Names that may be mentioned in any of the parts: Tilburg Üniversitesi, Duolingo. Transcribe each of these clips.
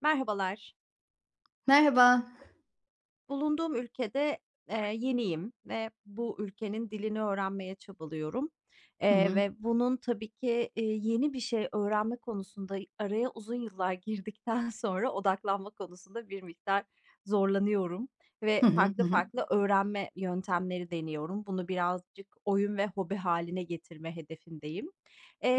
Merhabalar. Merhaba. Bulunduğum ülkede, yeniyim ve bu ülkenin dilini öğrenmeye çabalıyorum, Hı hı. ve bunun tabii ki, yeni bir şey öğrenme konusunda araya uzun yıllar girdikten sonra odaklanma konusunda bir miktar zorlanıyorum ve Hı hı. Hı farklı hı. farklı öğrenme yöntemleri deniyorum. Bunu birazcık oyun ve hobi haline getirme hedefindeyim.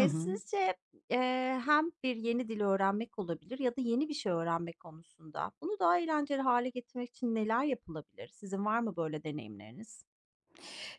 Hı hı. Sizce Hem bir yeni dil öğrenmek olabilir ya da yeni bir şey öğrenmek konusunda. Bunu daha eğlenceli hale getirmek için neler yapılabilir? Sizin var mı böyle deneyimleriniz?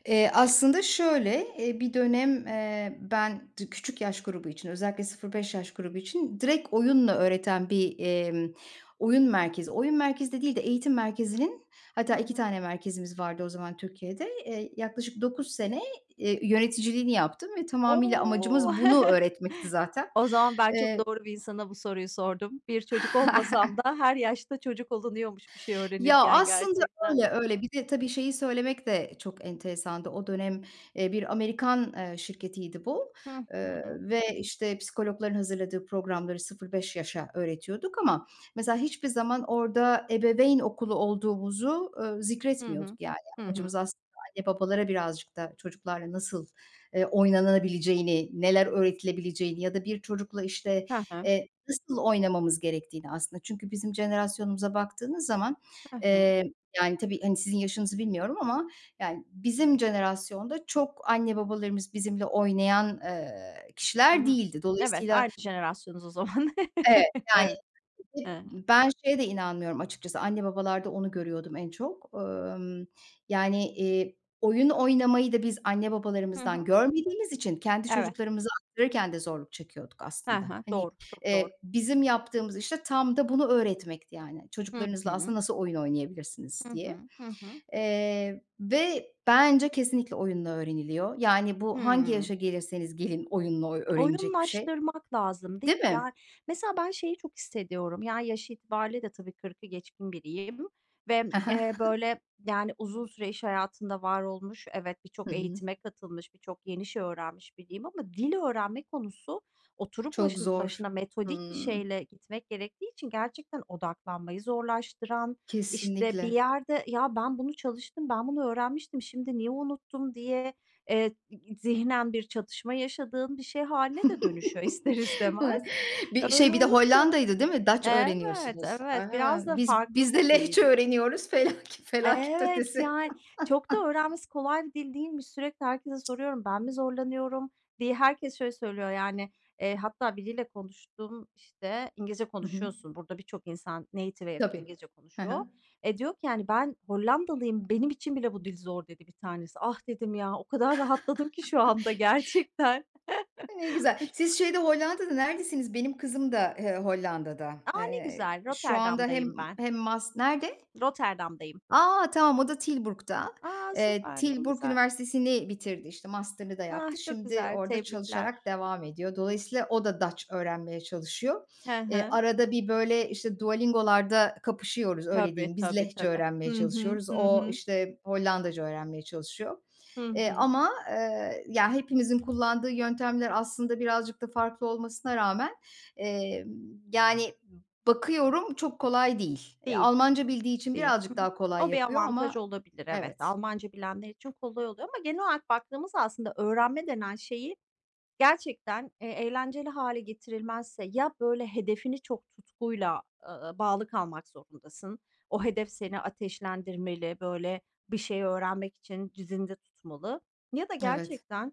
Aslında şöyle, bir dönem, ben d küçük yaş grubu için özellikle 0-5 yaş grubu için direkt oyunla öğreten bir, oyun merkezi, oyun merkezi de değil de eğitim merkezinin, hatta Hı 2 hı. tane merkezimiz vardı o zaman Türkiye'de. Yaklaşık 9 sene, yöneticiliğini yaptım ve tamamıyla O! amacımız bunu öğretmekti zaten. O zaman ben çok Eee doğru bir insana bu soruyu sordum. Bir çocuk olmasam da her yaşta çocuk olunuyormuş bir şey Ya, öğrenirken aslında gerçekten. öyle, öyle. Bir de tabii şeyi söylemek de çok enteresandı. O dönem, bir Amerikan, şirketiydi bu, Hı hı. ve, işte, psikologların hazırladığı programları 0-5 yaşa öğretiyorduk ama mesela hiçbir zaman orada ebeveyn okulu olduğumuzu, Hı hı. zikretmiyorduk. Yani Hı amacımız hı. aslında anne babalara birazcık da çocuklarla nasıl, oynanabileceğini, neler öğretilebileceğini ya da bir çocukla, işte, Hı hı. Nasıl oynamamız gerektiğini aslında. Çünkü bizim jenerasyonumuza baktığınız zaman, Hı hı. Yani, tabii, hani, sizin yaşınızı bilmiyorum ama, yani, bizim jenerasyonda çok anne babalarımız bizimle oynayan, Hı kişiler hı. değildi. Evet, Dolayısıyla aynı jenerasyonuz o zaman. evet, yani, Evet. Hı hep hı. ben şeye de inanmıyorum açıkçası, anne babalarda onu görüyordum en çok. Yani, eee, oyun oynamayı da biz anne Hı babalarımızdan hı. görmediğimiz için kendi Evet. çocuklarımızı aktarırken de zorluk çekiyorduk Hı aslında. hı. Hani, Doğru, çok doğru. Bizim yaptığımız, işte, tam da bunu öğretmekti yani. Hı Çocuklarınızla hı. aslında nasıl oyun oynayabilirsiniz Hı diye. hı. Hı hı. Ve bence kesinlikle oyunla öğreniliyor. Yani, bu hangi Hımm. yaşa gelirseniz gelin oyunla öğrenilecek bir şey, Oyunlaştırmak lazım değil değil mi? mi? Yani, mesela ben şeyi çok hissediyorum. Yani, yaş itibariyle de tabii kırkı geçkin biriyim ve, Hı hı. Böyle, yani, uzun süre iş hayatında var olmuş, evet, birçok Hı hı. eğitime katılmış, birçok yeni şey öğrenmiş biriyim ama dil öğrenme konusu oturup Çok başın zor. başına metodik bir Hımm. şeyle gitmek gerektiği için gerçekten odaklanmayı zorlaştıran, işte, bir Kesinlikle. yerde, "Ya, ben bunu çalıştım, ben bunu öğrenmiştim, şimdi niye unuttum?" diye Eee, zihnen bir çatışma yaşadığın bir şey haline de dönüşüyor ister Vay. istemez. Bir şey, Öyle bir de olunca Hollanda'ydı, değil mi? Dutch Evet, öğreniyorsunuz. evet. A! Biraz da Biz farklı biz de da Lehçe bil. öğreniyoruz. Felaket Evet, ötesi. yani, çok da öğrenmesi kolay bir dil değilmiş. Sürekli herkese soruyorum, "Ben mi zorlanıyorum?" diye. Herkes şöyle söylüyor, yani, hatta biriyle konuştum, işte, "İngilizce Hı hı. konuşuyorsun." Burada birçok insan native'e yakın Tabii. İngilizce Hı konuşuyor. hı. E, diyor ki, yani, "Ben Hollandalıyım, benim için bile bu dil zor." dedi bir tanesi. Ah, dedim ya, o kadar rahatladım ki şu anda gerçekten. Ne güzel. Siz şeyde Hollanda'da neredesiniz? Benim kızım da, Hollanda'da. A, ne Eee, güzel, şu anda hem Rotterdam'dayım ben. hem mas Nerede? Rotterdam'dayım. A! Tamam, o da Tilburg'da. A, Eee, süper, ne Tilburg güzel. Üniversitesi'ni bitirdi, işte, master'ını da Ah, yaptı. çok Şimdi güzel, orada çalışarak tebrikler. devam ediyor. Dolayısıyla o da Dutch öğrenmeye çalışıyor. He Eee, he. arada bir, böyle, işte, Duolingo'larda kapışıyoruz, öyle Tabii, diyeyim. Biz tabii, Lehçe tabii. öğrenmeye Hı hı, çalışıyoruz, hı o, hı, işte, Hollandaca öğrenmeye çalışıyor. hı hı. Hepimizin kullandığı yöntemler aslında birazcık da farklı olmasına rağmen, emm, yani, bakıyorum çok kolay değil. Eee, Değil, Almanca bildiği için değil. Hı birazcık hı. daha kolay O bir yapıyor avantaj ama olabilir, evet. evet, Almanca bilenler için kolay oluyor ama genel olarak baktığımızda aslında öğrenme denen şeyi gerçekten, eğlenceli hale getirilmezse ya böyle hedefini çok tutkuyla, bağlı kalmak zorundasın. O hedef seni ateşlendirmeli, böyle bir şeyi öğrenmek için cizinde tutmalı ya da evet. gerçekten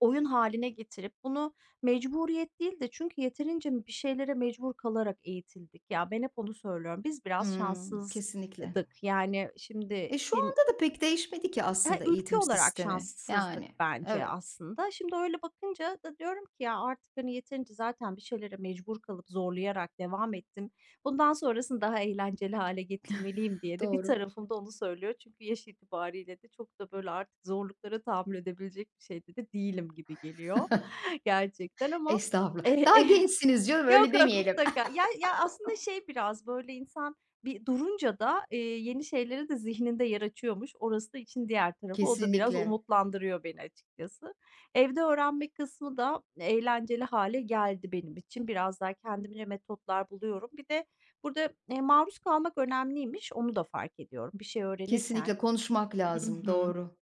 oyun haline getirip bunu mecburiyet değil de çünkü yeterince bir şeylere mecbur kalarak eğitildik. Ya, ben hep onu söylüyorum. Biz biraz Hımm, kesinlikle. şanssızdık. Yani şimdi E, şu ken anda da pek değişmedi ki He, aslında ülke eğitim olarak sistemi. Yani, şanssızdık bence evet, aslında. Şimdi öyle bakınca da diyorum ki ya artık hani yeterince zaten bir şeylere mecbur kalıp zorlayarak devam ettim. Bundan sonrasını daha eğlenceli hale getirmeliyim diye de bir doğru. tarafım da onu söylüyor. Çünkü yaş itibariyle de çok da böyle artık zorluklara tahammül edebilecek bir şeyde de değilim gibi geliyor gerçekten ama Estağfurullah. Daha gençsiniz canım, öyle yok, yok demeyelim. mutlaka. Ya ya, aslında şey biraz, böyle, insan bir durunca da, yeni şeylere de zihninde yer açıyormuş. Orası da için diğer tarafı. O da biraz Kesinlikle, umutlandırıyor beni açıkçası. Evde öğrenme kısmı da eğlenceli hale geldi benim için. Biraz daha kendimce metotlar buluyorum. Bir de burada, maruz kalmak önemliymiş. Onu da fark ediyorum bir şey öğrenirken. kesinlikle konuşmak Hı lazım. hı Doğru,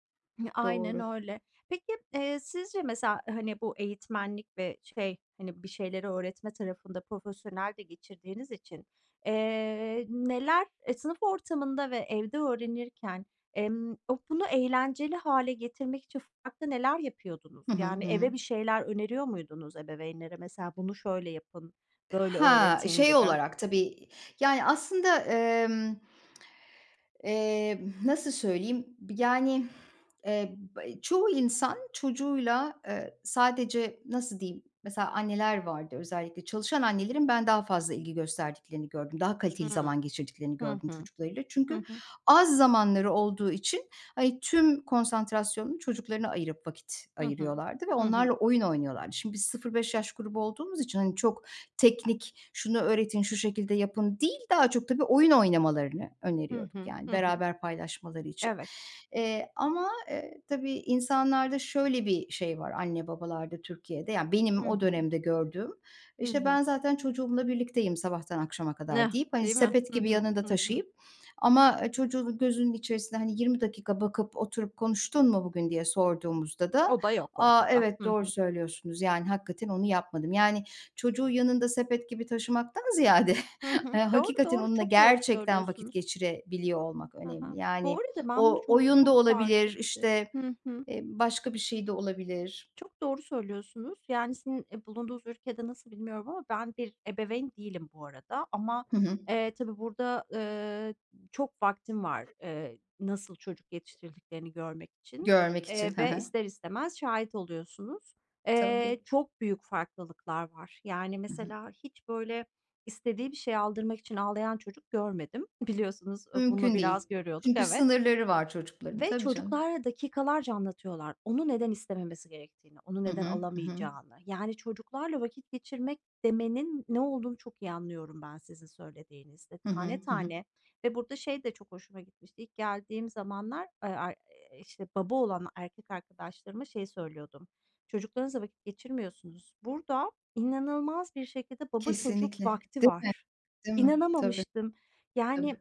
aynen doğru. öyle. Peki, sizce mesela, hani, bu eğitmenlik ve şey, hani, bir şeyleri öğretme tarafında profesyonel de geçirdiğiniz için, neler, sınıf ortamında ve evde öğrenirken, o bunu eğlenceli hale getirmek için farklı neler yapıyordunuz? Hı hı, Yani hı. eve bir şeyler öneriyor muydunuz ebeveynlere? Mesela bunu şöyle yapın, böyle Ha, öğretin şey gibi. olarak tabii, yani aslında, Nasıl söyleyeyim? Yani, çoğu insan çocuğuyla, sadece nasıl diyeyim? Mesela anneler vardı, özellikle çalışan annelerin ben daha fazla ilgi gösterdiklerini gördüm. Daha kaliteli zaman geçirdiklerini Hı gördüm hı. çocuklarıyla. Hı Çünkü hı. az zamanları olduğu için, hani, tüm konsantrasyonunu çocuklarına ayırıp vakit Hı hı. ayırıyorlardı ve Hı onlarla hı. oyun oynuyorlardı. Şimdi biz 0-5 yaş grubu olduğumuz için, hani, çok teknik, şunu öğretin, şu şekilde yapın değil, daha çok tabii oyun oynamalarını Hı öneriyorduk, hı. yani, Hı hı. beraber paylaşmaları için. Evet. Tabii insanlarda şöyle bir şey var, anne babalarda Türkiye'de, yani, benim Hı o hı. dönemde gördüğüm, Hı işte, hı. ben zaten çocuğumla birlikteyim sabahtan akşama kadar Ne, deyip, hani, değil mi? sepet Hı gibi hı, yanında hı hı. taşıyıp ama, çocuğun gözünün içerisinde hani, 20 dakika bakıp oturup konuştun mu bugün diye sorduğumuzda da, O da yok "A, ortada. evet, Hı doğru hı. söylüyorsunuz, yani, hakikaten onu yapmadım." Yani, çocuğu yanında sepet gibi taşımaktan ziyade, Hı hı. Doğru, hakikaten doğru, onunla çok doğru gerçekten vakit söylüyorsunuz. geçirebiliyor olmak Ha önemli. ha. Bu Yani, arada ben bunu o burada oyun da çok fark olabilir, ettim. işte, Hı hı. Başka bir şey de olabilir. Çok doğru söylüyorsunuz. Yani, sizin, bulunduğunuz ülkede nasıl bilmiyorum ama ben bir ebeveyn değilim bu arada ama, Hı hı. Tabii burada, çok vaktim var, nasıl çocuk yetiştirdiklerini görmek için, Görmek için. Hı ve hı. ister istemez şahit oluyorsunuz. Tabii. Çok büyük farklılıklar var. Yani, Hı hı. mesela hiç böyle istediği bir şey aldırmak için ağlayan çocuk görmedim. Biliyorsunuz, bunu Mümkün biraz değil. görüyorduk, Çünkü evet. sınırları var çocukların. Ve Tabii canım. çocuklara dakikalarca anlatıyorlar. Onu neden istememesi gerektiğini, onu Hı neden hı. Hı hı. alamayacağını. Yani çocuklarla vakit geçirmek demenin ne olduğunu çok iyi anlıyorum ben sizin söylediğinizde. Hı hı. Tane Hı hı. tane ve burada şey de çok hoşuma gitmişti. İlk geldiğim zamanlar işte baba olan erkek arkadaşlarıma şey söylüyordum. Çocuklarınızla vakit geçirmiyorsunuz. Burada inanılmaz bir şekilde baba Kesinlikle. çocuk vakti Değil mi? var. Değil mi? Tabii, İnanamamıştım. tabii. Yani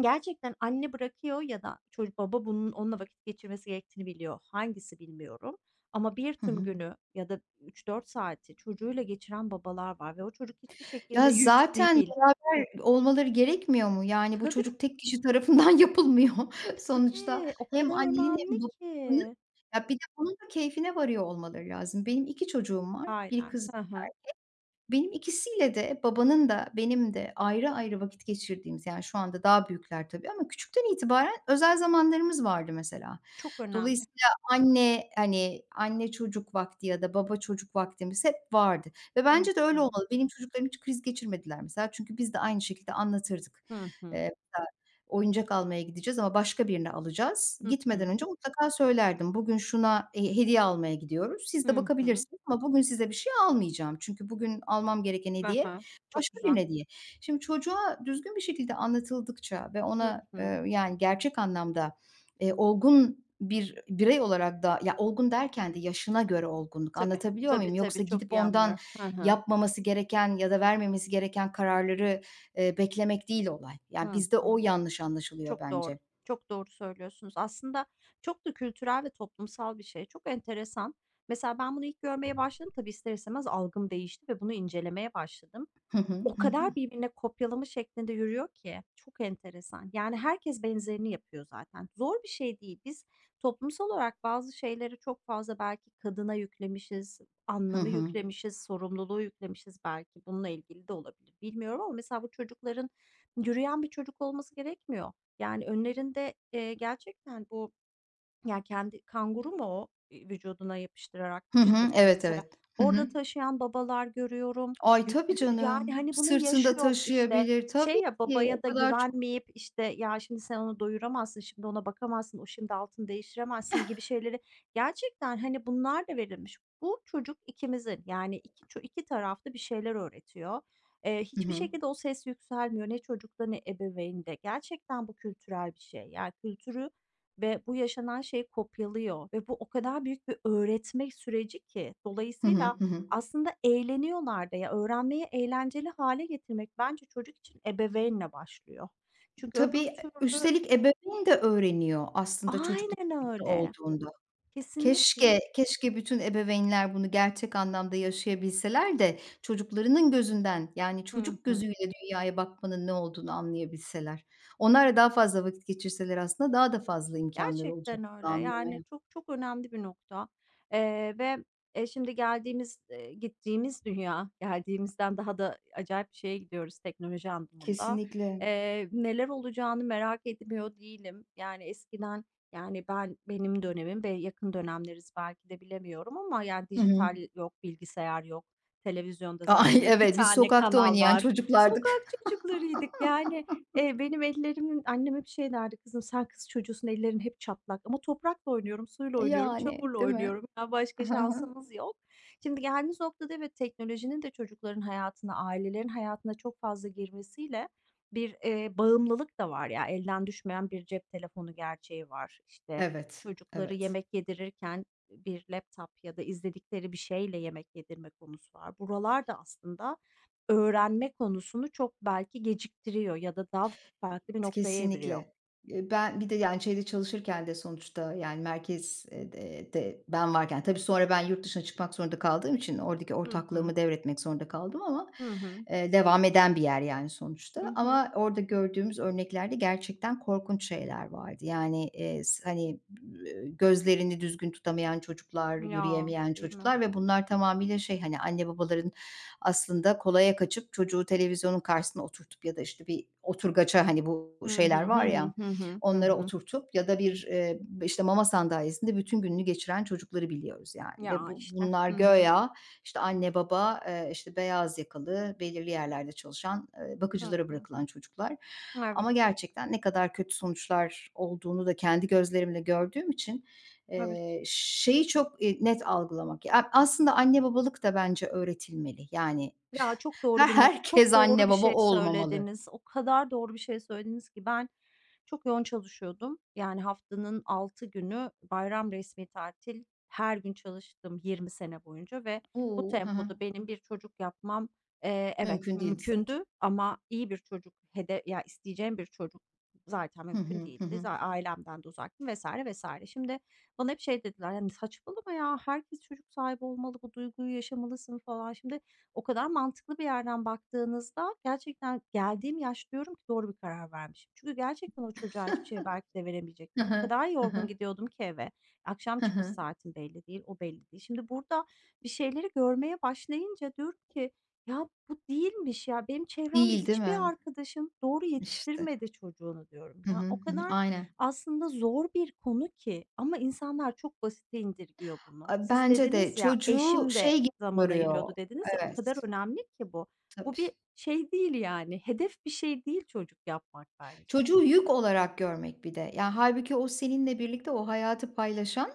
gerçekten anne bırakıyor ya da çocuk baba bunun onunla vakit geçirmesi gerektiğini biliyor. Hangisi bilmiyorum ama bir Hı tüm hı. günü ya da 3 4 saati çocuğuyla geçiren babalar var ve o çocuk hiçbir Ya, şekilde yük zaten değil. beraber olmaları gerekmiyor mu? Yani, bu Tabii, çocuk tek kişi tarafından yapılmıyor. Sonuçta tabii. O hem kadar annenin hem önemli ki. babanın. Ya, bir de bunun da keyfine varıyor olmaları lazım. Benim 2 çocuğum var. Bir Aynen. kız. Hı hı. Benim ikisiyle de babanın da benim de ayrı ayrı vakit geçirdiğimiz, yani, şu anda daha büyükler tabii ama küçükten itibaren özel zamanlarımız vardı mesela. Çok önemli. Dolayısıyla anne, hani, anne çocuk vakti ya da baba çocuk vaktimiz hep vardı ve Hı bence de öyle hı. olmalı. Benim çocuklarım hiç kriz geçirmediler mesela, çünkü biz de aynı şekilde anlatırdık. Hı hı. Eee Oyuncak almaya gideceğiz ama başka birini alacağız. Hı Gitmeden hı. önce mutlaka söylerdim. Bugün şuna, hediye almaya gidiyoruz. Siz de Hı hı. bakabilirsiniz ama bugün size bir şey almayacağım. Çünkü bugün almam gereken Hı hediye hı. Çok başka bir güzel. hediye. Şimdi çocuğa düzgün bir şekilde anlatıldıkça ve Hı ona, hı. Yani gerçek anlamda, olgun bir birey olarak da ya, olgun derken de yaşına göre olgunluk Tabii. anlatabiliyor muyum? Tabii, Yoksa tabii. Çok gidip iyi ondan anlıyorum. Hı hı. yapmaması gereken ya da vermemesi gereken kararları beklemek değil olay. Yani, Hı bizde o hı. yanlış anlaşılıyor Çok doğru. bence. Çok doğru söylüyorsunuz. Aslında çok da kültürel ve toplumsal bir şey. Çok enteresan. Mesela ben bunu ilk görmeye başladım. Tabii ister istemez algım değişti ve bunu incelemeye başladım. Hı hı. O Hı hı. kadar birbirine kopyalama şeklinde yürüyor ki çok enteresan. Yani herkes benzerini yapıyor zaten. Zor bir şey değil. Biz toplumsal olarak bazı şeyleri çok fazla belki kadına yüklemişiz, Hı anlamı hı. yüklemişiz, sorumluluğu yüklemişiz belki. Bununla ilgili de olabilir. Bilmiyorum ama mesela bu çocukların yürüyen bir çocuk olması gerekmiyor. Yani önlerinde, gerçekten bu ya, kendi kanguru mu o, vücuduna yapıştırarak Hı hı. taşıdıkları Evet, mesela? evet. Hı Orada hı. taşıyan babalar görüyorum. Ay, Yü tabii yü yani, canım. hani, bunun yaşı Sırtında yok, işte. taşıyabilir. Şey Tabii ya, ki o babaya da kadar çok. güvenmeyip, işte, "Ya, şimdi sen onu doyuramazsın, şimdi ona bakamazsın, o şimdi altını değiştiremezsin." gibi şeyleri gerçekten, hani, bunlar da verilmiş. Bu çocuk ikimizin, yani, iki ço iki tarafta bir şeyler öğretiyor. Hı Hiçbir hı. şekilde o ses yükselmiyor ne çocukta ne ebeveynde. Gerçekten bu kültürel bir şey. Yani, kültürü ve bu yaşanan şeyi kopyalıyor ve bu o kadar büyük bir öğretme süreci ki Hı hı. dolayısıyla Hı hı. aslında eğleniyorlar da ya öğrenmeyi eğlenceli hale getirmek bence çocuk için ebeveynle başlıyor. Çünkü öbür Tabii, türlü üstelik ebeveyn de öğreniyor aslında çocukla aynen birlikte öyle. olduğunda. Kesinlikle. Keşke, keşke bütün ebeveynler bunu gerçek anlamda yaşayabilseler de çocuklarının gözünden, yani Hı çocuk hı. gözüyle dünyaya bakmanın ne olduğunu anlayabilseler. Onlarla daha fazla vakit geçirseler aslında daha da fazla imkânları olacak Gerçekten bunu öyle. anlamaya. Yani, çok çok önemli bir nokta, eee, ve, şimdi geldiğimiz, gittiğimiz dünya, geldiğimizden daha da acayip bir şeye gidiyoruz teknoloji anlamında. Kesinlikle. Neler olacağını merak etmiyor değilim. Yani, eskiden, yani, ben benim dönemim ve yakın dönemleriz belki de bilemiyorum ama, yani, Hı hı. dijital yok, bilgisayar yok, televizyonda Ay, zaten 2 evet, biz tane sokakta kanal oynayan var. çocuklardık. Sokak çocuklarıydık, yani, benim ellerimin annem hep şey derdi, "Kızım sen kız çocuğusun, ellerin hep çatlak." Ama toprakla oynuyorum, suyla oynuyorum, Yani, çamurla değil mi? oynuyorum. Ya, Hı başka hı. şansımız yok. Şimdi geldiğimiz noktada evet, teknolojinin de çocukların hayatına, ailelerin hayatına çok fazla girmesiyle bir, bağımlılık da var ya. Elden düşmeyen bir cep telefonu gerçeği var. İşte, Evet, çocukları evet. yemek yedirirken bir laptop ya da izledikleri bir şeyle yemek yedirme konusu var. Buralar da aslında öğrenme konusunu çok belki geciktiriyor ya da daha farklı bir noktaya eviriyor. Kesinlikle. Ben bir de, yani, şeyde çalışırken de sonuçta, yani, merkezde de ben varken tabii sonra ben yurt dışına çıkmak zorunda kaldığım için oradaki Hı hı. ortaklığımı devretmek zorunda kaldım ama, Hı hı. Devam eden bir yer, yani, sonuçta. Hı hı. Ama orada gördüğümüz örneklerde gerçekten korkunç şeyler vardı. Yani, hani, gözlerini düzgün tutamayan çocuklar, Ya, yürüyemeyen değil mi? çocuklar ve bunlar tamamıyla şey, hani, anne babaların aslında kolaya kaçıp çocuğu televizyonun karşısına oturtup ya da, işte, bir oturgaça, hani, bu Hı hı. şeyler Hı var hı. ya, Hı hı. Hı onlara hı. oturtup ya da bir, işte, mama sandalyesinde bütün gününü geçiren çocukları biliyoruz, yani, ve Ya, işte. bunlar Hı hı. göya işte, anne baba, işte, beyaz yakalı, belirli yerlerde çalışan, Hı bakıcılara hı. bırakılan çocuklar ama Evet. gerçekten ne kadar kötü sonuçlar olduğunu da kendi gözlerimle gördüğüm için, Evet. Şeyi çok, net algılamak ya, aslında anne babalık da bence öğretilmeli. Yani, Ya, çok ha, doğru bir nok herkes çok doğru anne bir baba şey olmamalı. söylediniz. O kadar doğru bir şey söylediniz ki ben çok yoğun çalışıyordum. Yani haftanın 6 günü bayram, resmi tatil, her gün çalıştım 20 sene boyunca ve bu U! Hı hı. tempoda benim bir çocuk yapmam, evet, Mümkün değildi zaten. mümkündü ama iyi bir çocuk hede ya, isteyeceğim bir çocuk zaten Hı mümkün hı, hı değildi. hı. Za ailemden de uzaktım vesaire vesaire. Şimdi bana hep şey dediler, yani "Saçmalama ya, herkes çocuk sahibi olmalı, bu duyguyu yaşamalısın." falan. Şimdi o kadar mantıklı bir yerden baktığınızda gerçekten geldiğim yaş diyorum ki doğru bir karar vermişim. Çünkü gerçekten o çocuğa hiçbir şey belki de Hı veremeyecektim. O hı, kadar hı yorgun hı, gidiyordum ki eve. Akşam hı çıkış hı. saatim belli değil, o belli değil. Şimdi burada bir şeyleri görmeye başlayınca diyorum ki ya bu değilmiş ya benim çevremde Değil, değil hiçbir mi? arkadaşım doğru İşte. yetiştirmedi çocuğunu diyorum. Hı Ya hı, o hı hı. kadar Aynen. aslında zor bir konu ki ama insanlar çok basite indirgiyor bunu. A, Siz bence de dediniz ya çocuğu eşim de şey gibi zaman görüyor. ayırıyordu dediniz ya, o Evet, kadar önemli ki bu. tabii. Bu bir şey değil yani, hedef bir şey değil çocuk yapmak bence. Çocuğu yük olarak görmek bir de. Yani halbuki o seninle birlikte o hayatı paylaşan,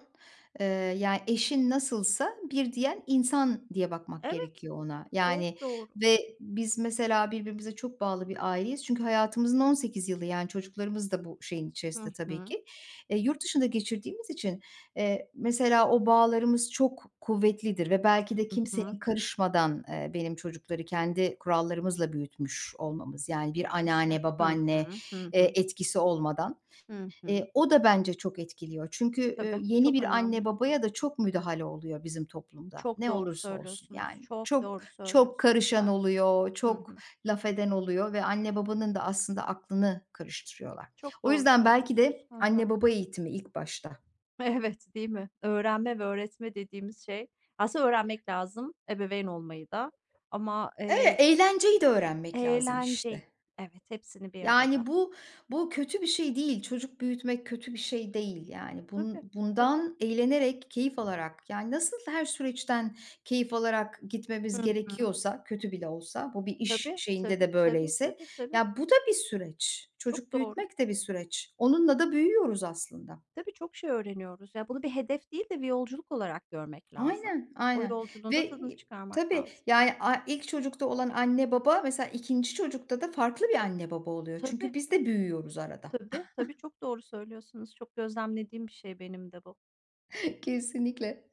eee, yani eşin nasılsa bir diyen insan diye bakmak Evet, gerekiyor ona. Yani çok doğru. ve biz mesela birbirimize çok bağlı bir aileyiz. Çünkü hayatımızın 18 yılı, yani çocuklarımız da bu şeyin Hı içerisinde tabii hı, ki. Yurt dışında geçirdiğimiz için, mesela o bağlarımız çok kuvvetlidir ve belki de hı hı. kimsenin karışmadan, benim çocukları kendi kurallarımızla büyütmüş olmamız. Yani bir Ya, işte. anneanne, Hı babaanne hı, hı hı, etkisi olmadan. hı hı. O da bence çok etkiliyor. Çünkü, Tabii, yeni çok bir anne önemli. babaya da çok müdahale oluyor bizim toplumda. Çok Ne doğru olursa olsun söylüyorsunuz, yani. çok Çok, doğru çok söylüyorsunuz. karışan Evet. oluyor, Hı çok hı. laf eden oluyor ve anne babanın da aslında aklını karıştırıyorlar. Çok O doğru yüzden belki söylüyorsunuz. de Hı hı. anne baba eğitimi ilk başta. Evet, değil mi? Öğrenme ve öğretme dediğimiz şey aslında öğrenmek lazım, ebeveyn olmayı da ama, Evet, eğlenceyi de öğrenmek lazım eğlenceyi. işte. Evet, hepsini bir Yani, arada. bu kötü bir şey değil. Çocuk büyütmek kötü bir şey değil, yani. Tabii, tabii. Bundan eğlenerek, keyif alarak, yani, nasıl her süreçten keyif alarak gitmemiz Hı hı. gerekiyorsa, kötü bile olsa, bu bir iş Tabii, şeyinde de tabii, tabii, böyleyse, tabii, tabii. ya, bu da bir süreç. Çocuk Çok doğru. büyütmek de bir süreç. Onunla da büyüyoruz aslında. Tabii, çok şey öğreniyoruz. Ya, bunu bir hedef değil de bir yolculuk olarak görmek lazım. Aynen, O aynen yolculuğun da ve tadını i çıkarmak tabii, lazım. yani, ilk çocukta olan anne baba mesela ikinci çocukta da farklı bir anne baba oluyor. Tabii, Çünkü biz de büyüyoruz arada. tabii, tabii, çok doğru söylüyorsunuz. Çok gözlemlediğim bir şey benim de bu. Kesinlikle.